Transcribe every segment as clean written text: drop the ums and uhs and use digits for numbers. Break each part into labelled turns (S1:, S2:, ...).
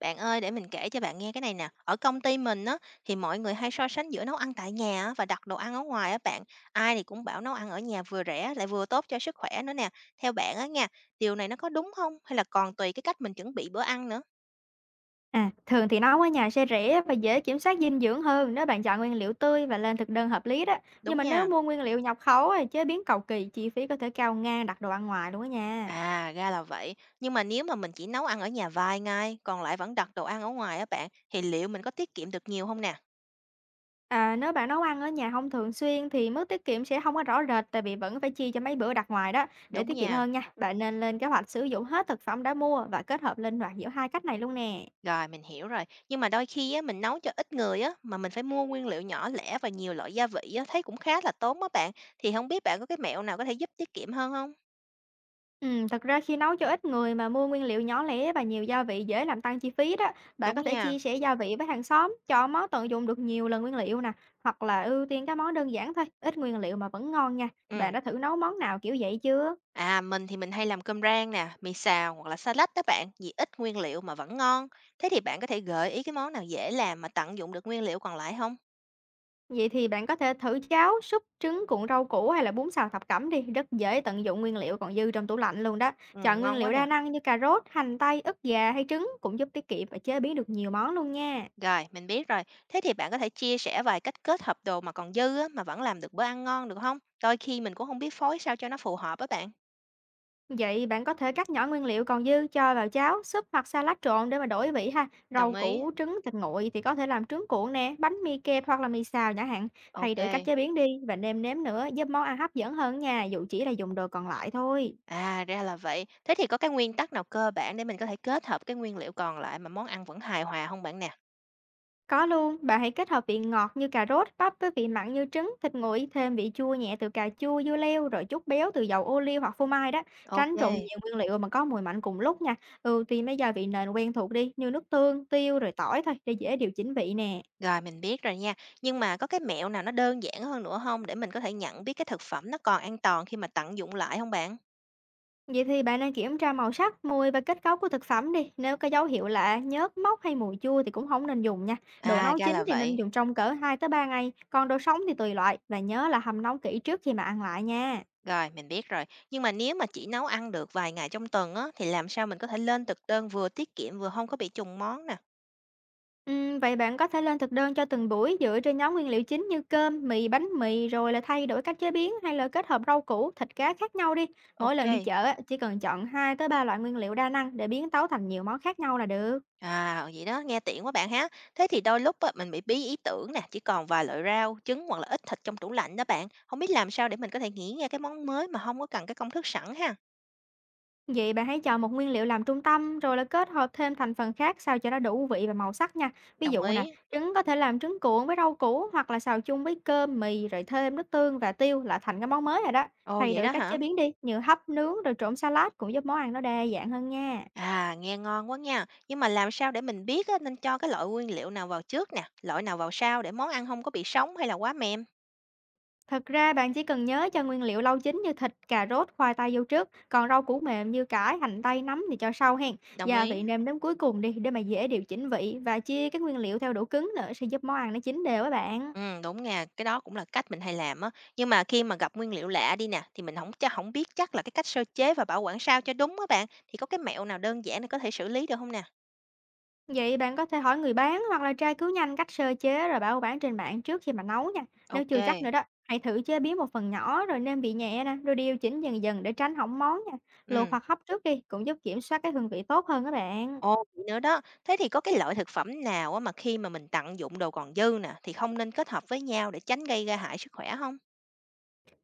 S1: Bạn ơi, để mình kể cho bạn nghe cái này nè. Ở công ty mình á, thì mọi người hay so sánh giữa nấu ăn tại nhà á, và đặt đồ ăn ở ngoài á bạn. Ai thì cũng bảo nấu ăn ở nhà vừa rẻ lại vừa tốt cho sức khỏe nữa nè. Theo bạn á nha, điều này nó có đúng không? Hay là còn tùy cái cách mình chuẩn bị bữa ăn nữa?
S2: À, thường thì nấu ở nhà sẽ rẻ và dễ kiểm soát dinh dưỡng hơn nếu bạn chọn nguyên liệu tươi và lên thực đơn hợp lý đó. Nhưng
S1: Đúng
S2: mà nếu
S1: nha.
S2: mua nguyên liệu nhập khẩu thì chế biến cầu kỳ, chi phí có thể cao ngang đặt đồ ăn ngoài luôn đó nha.
S1: À, ra là vậy. Nhưng mà nếu mà mình chỉ nấu ăn ở nhà vài ngày, còn lại vẫn đặt đồ ăn ở ngoài á bạn, thì liệu mình có tiết kiệm được nhiều không nè?
S2: À, nếu bạn nấu ăn ở nhà không thường xuyên thì mức tiết kiệm sẽ không có rõ rệt tại vì vẫn phải chia cho mấy bữa đặt ngoài đó. Để
S1: Đúng
S2: tiết kiệm
S1: nha.
S2: hơn nha, bạn nên lên kế hoạch sử dụng hết thực phẩm đã mua và kết hợp linh hoạt giữa hai cách này luôn nè.
S1: Rồi, mình hiểu rồi. Nhưng mà đôi khi á, mình nấu cho ít người á, mà mình phải mua nguyên liệu nhỏ lẻ và nhiều loại gia vị á, thấy cũng khá là tốn á bạn. Thì không biết bạn có cái mẹo nào có thể giúp tiết kiệm hơn không?
S2: Thật ra khi nấu cho ít người mà mua nguyên liệu nhỏ lẻ và nhiều gia vị dễ làm tăng chi phí đó. Bạn
S1: Đúng
S2: có thể
S1: nha.
S2: chia sẻ gia vị với hàng xóm, chọn món tận dụng được nhiều lần nguyên liệu nè, hoặc là ưu tiên các món đơn giản thôi, ít nguyên liệu mà vẫn ngon nha. Bạn
S1: Ừ.
S2: đã thử nấu món nào kiểu vậy chưa?
S1: À, mình thì mình hay làm cơm rang nè, mì xào hoặc là salad đó bạn, vì ít nguyên liệu mà vẫn ngon. Thế thì bạn có thể gợi ý cái món nào dễ làm mà tận dụng được nguyên liệu còn lại không?
S2: Vậy thì bạn có thể thử cháo, súp, trứng cuộn rau củ hay là bún xào thập cẩm đi, rất dễ tận dụng nguyên liệu còn dư trong tủ lạnh luôn đó.
S1: Ừ,
S2: Chọn nguyên
S1: ngon quá
S2: liệu
S1: nè.
S2: đa năng như cà rốt, hành tây, ức gà hay trứng cũng giúp tiết kiệm và chế biến được nhiều món luôn nha.
S1: Rồi, mình biết rồi. Thế thì bạn có thể chia sẻ vài cách kết hợp đồ mà còn dư á, mà vẫn làm được bữa ăn ngon được không? Đôi khi mình cũng không biết phối sao cho nó phù hợp á bạn.
S2: Vậy bạn có thể cắt nhỏ nguyên liệu còn dư cho vào cháo, súp hoặc salad trộn để mà đổi vị ha. Rau
S1: Đồng ý.
S2: củ, trứng, thịt nguội thì có thể làm trứng cuộn nè, bánh mì kẹp hoặc là mì xào chẳng hạn. Thay đổi cách
S1: OK.
S2: chế biến đi và nêm nếm nữa giúp món ăn hấp dẫn hơn nha, dù chỉ là dùng đồ còn lại thôi.
S1: À, ra là vậy. Thế thì có cái nguyên tắc nào cơ bản để mình có thể kết hợp cái nguyên liệu còn lại mà món ăn vẫn hài hòa không bạn nè?
S2: Có luôn, bạn hãy kết hợp vị ngọt như cà rốt, bắp với vị mặn như trứng, thịt nguội, thêm vị chua nhẹ từ cà chua, dưa leo, rồi chút béo từ dầu ô liu hoặc phô mai đó. Tránh
S1: OK,
S2: trộn nhiều nguyên liệu mà có mùi mạnh cùng lúc nha. Ưu tiên mấy gia vị nền quen thuộc đi, như nước tương, tiêu rồi tỏi thôi để dễ điều chỉnh vị nè.
S1: rồi mình biết rồi nha. Nhưng mà có cái mẹo nào nó đơn giản hơn nữa không để mình có thể nhận biết cái thực phẩm nó còn an toàn khi mà tận dụng lại không bạn?
S2: Vậy thì bạn nên kiểm tra màu sắc, mùi và kết cấu của thực phẩm đi. Nếu có dấu hiệu lạ, nhớt, mốc hay mùi chua thì cũng không nên dùng nha. Đồ
S1: À,
S2: nấu
S1: ra
S2: chín
S1: là
S2: thì nên
S1: vậy.
S2: dùng trong cỡ 2 tới 3 ngày, còn đồ sống thì tùy loại và nhớ là hầm nóng kỹ trước khi mà ăn lại nha.
S1: Rồi, mình biết rồi. Nhưng mà nếu mà chỉ nấu ăn được vài ngày trong tuần á, thì làm sao mình có thể lên thực đơn vừa tiết kiệm vừa không có bị trùng món nè?
S2: Vậy bạn có thể lên thực đơn cho từng buổi dựa trên nhóm nguyên liệu chính như cơm, mì, bánh mì rồi là thay đổi cách chế biến hay là kết hợp rau củ, thịt cá khác nhau đi. Mỗi lần đi
S1: OK.
S2: chợ á, chỉ cần chọn 2 tới 3 loại nguyên liệu đa năng để biến tấu thành nhiều món khác nhau là được.
S1: À, vậy đó, nghe tiện quá bạn ha. Thế thì đôi lúc á, mình bị bí ý tưởng nè, chỉ còn vài loại rau, trứng hoặc là ít thịt trong tủ lạnh đó bạn. Không biết làm sao để mình có thể nghĩ ra cái món mới mà không có cần cái công thức sẵn ha.
S2: Vậy bạn hãy chọn một nguyên liệu làm trung tâm rồi là kết hợp thêm thành phần khác sao cho nó đủ vị và màu sắc nha. Ví
S1: Đồng
S2: dụ nè,
S1: ý.
S2: trứng có thể làm trứng cuộn với rau củ hoặc là xào chung với cơm, mì rồi thêm nước tương và tiêu là thành cái món mới rồi đó.
S1: Ồ,
S2: Thay
S1: vậy
S2: đổi
S1: đó
S2: cách chế
S1: hả?
S2: biến đi, như hấp, nướng rồi trộn salad cũng giúp món ăn nó đa dạng hơn nha.
S1: À, nghe ngon quá nha. Nhưng mà làm sao để mình biết á, nên cho cái loại nguyên liệu nào vào trước nè, loại nào vào sau để món ăn không có bị sống hay là quá mềm?
S2: Thật ra bạn chỉ cần nhớ cho nguyên liệu lâu chín như thịt, cà rốt, khoai tây vô trước, còn rau củ mềm như cải, hành tây, nấm thì cho sau hen.
S1: Đồng
S2: Gia
S1: ý.
S2: vị nêm đến cuối cùng đi để mà dễ điều chỉnh vị và chia các nguyên liệu theo độ cứng nữa sẽ giúp món ăn nó chín đều á bạn.
S1: Đúng nha, cái đó cũng là cách mình hay làm á. Nhưng mà khi mà gặp nguyên liệu lạ đi nè, thì mình không biết chắc là cái cách sơ chế và bảo quản sao cho đúng á bạn, thì có cái mẹo nào đơn giản để có thể xử lý được không nè?
S2: Vậy bạn có thể hỏi người bán hoặc là tra cứu nhanh cách sơ chế rồi bảo bán trên mạng trước khi mà nấu nha. Nếu
S1: Ok
S2: chưa
S1: kê.
S2: chắc nữa đó, hãy thử chế biến một phần nhỏ rồi nêm vị nhẹ nè, rồi điều chỉnh dần dần để tránh hỏng món nha. Luộc
S1: Ừm.
S2: hoặc hấp trước đi cũng giúp kiểm soát cái hương vị tốt hơn các bạn.
S1: Ồ, vậy nữa đó. Thế thì có cái loại thực phẩm nào á mà khi mà mình tận dụng đồ còn dư nè, thì không nên kết hợp với nhau để tránh gây ra hại sức khỏe không?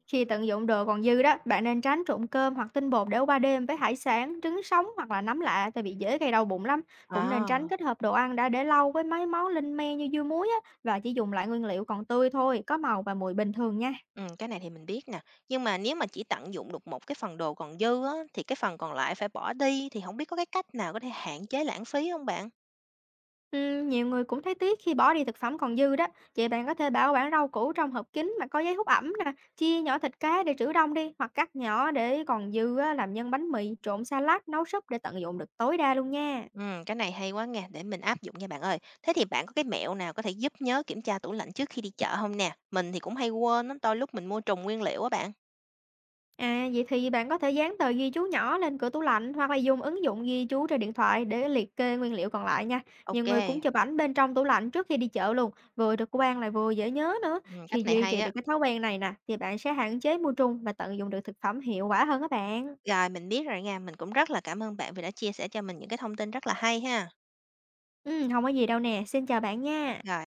S2: Khi tận dụng đồ còn dư đó, bạn nên tránh trộn cơm hoặc tinh bột để qua đêm với hải sản, trứng sống hoặc là nấm lạ tại vì dễ gây đau bụng lắm. Cũng nên tránh
S1: À.
S2: kết hợp đồ ăn đã để lâu với mấy món linh me như dưa muối á, và chỉ dùng lại nguyên liệu còn tươi thôi, có màu và mùi bình thường nha.
S1: Ừm, cái này thì mình biết nè. Nhưng mà nếu mà chỉ tận dụng được một cái phần đồ còn dư á, thì cái phần còn lại phải bỏ đi, thì không biết có cái cách nào có thể hạn chế lãng phí không bạn?
S2: Ừ, nhiều người cũng thấy tiếc khi bỏ đi thực phẩm còn dư đó. Vậy bạn có thể bảo quản rau củ trong hộp kín mà có giấy hút ẩm nè, chia nhỏ thịt cá để trữ đông đi, hoặc cắt nhỏ để còn dư á, làm nhân bánh mì, trộn salad, nấu súp để tận dụng được tối đa luôn nha.
S1: Cái này hay quá nghe, để mình áp dụng nha bạn ơi. Thế thì bạn có cái mẹo nào có thể giúp nhớ kiểm tra tủ lạnh trước khi đi chợ không nè? Mình thì cũng hay quên lắm, đôi lúc mình mua trùng nguyên liệu á bạn.
S2: À, vậy thì bạn có thể dán tờ ghi chú nhỏ lên cửa tủ lạnh hoặc là dùng ứng dụng ghi chú trên điện thoại để liệt kê nguyên liệu còn lại nha. Nhiều người cũng
S1: OK.
S2: chụp ảnh bên trong tủ lạnh trước khi đi chợ luôn, vừa trực quan lại vừa dễ nhớ nữa.
S1: Ừm,
S2: Khi
S1: cách này
S2: duy
S1: hay
S2: trì được
S1: á.
S2: cái thói quen này nè, thì bạn sẽ hạn chế mua trung và tận dụng được thực phẩm hiệu quả hơn các bạn.
S1: Rồi, mình biết rồi nha, mình cũng rất là cảm ơn bạn vì đã chia sẻ cho mình những cái thông tin rất là hay ha.
S2: Ừ, không có gì đâu nè, xin chào bạn nha.
S1: Rồi.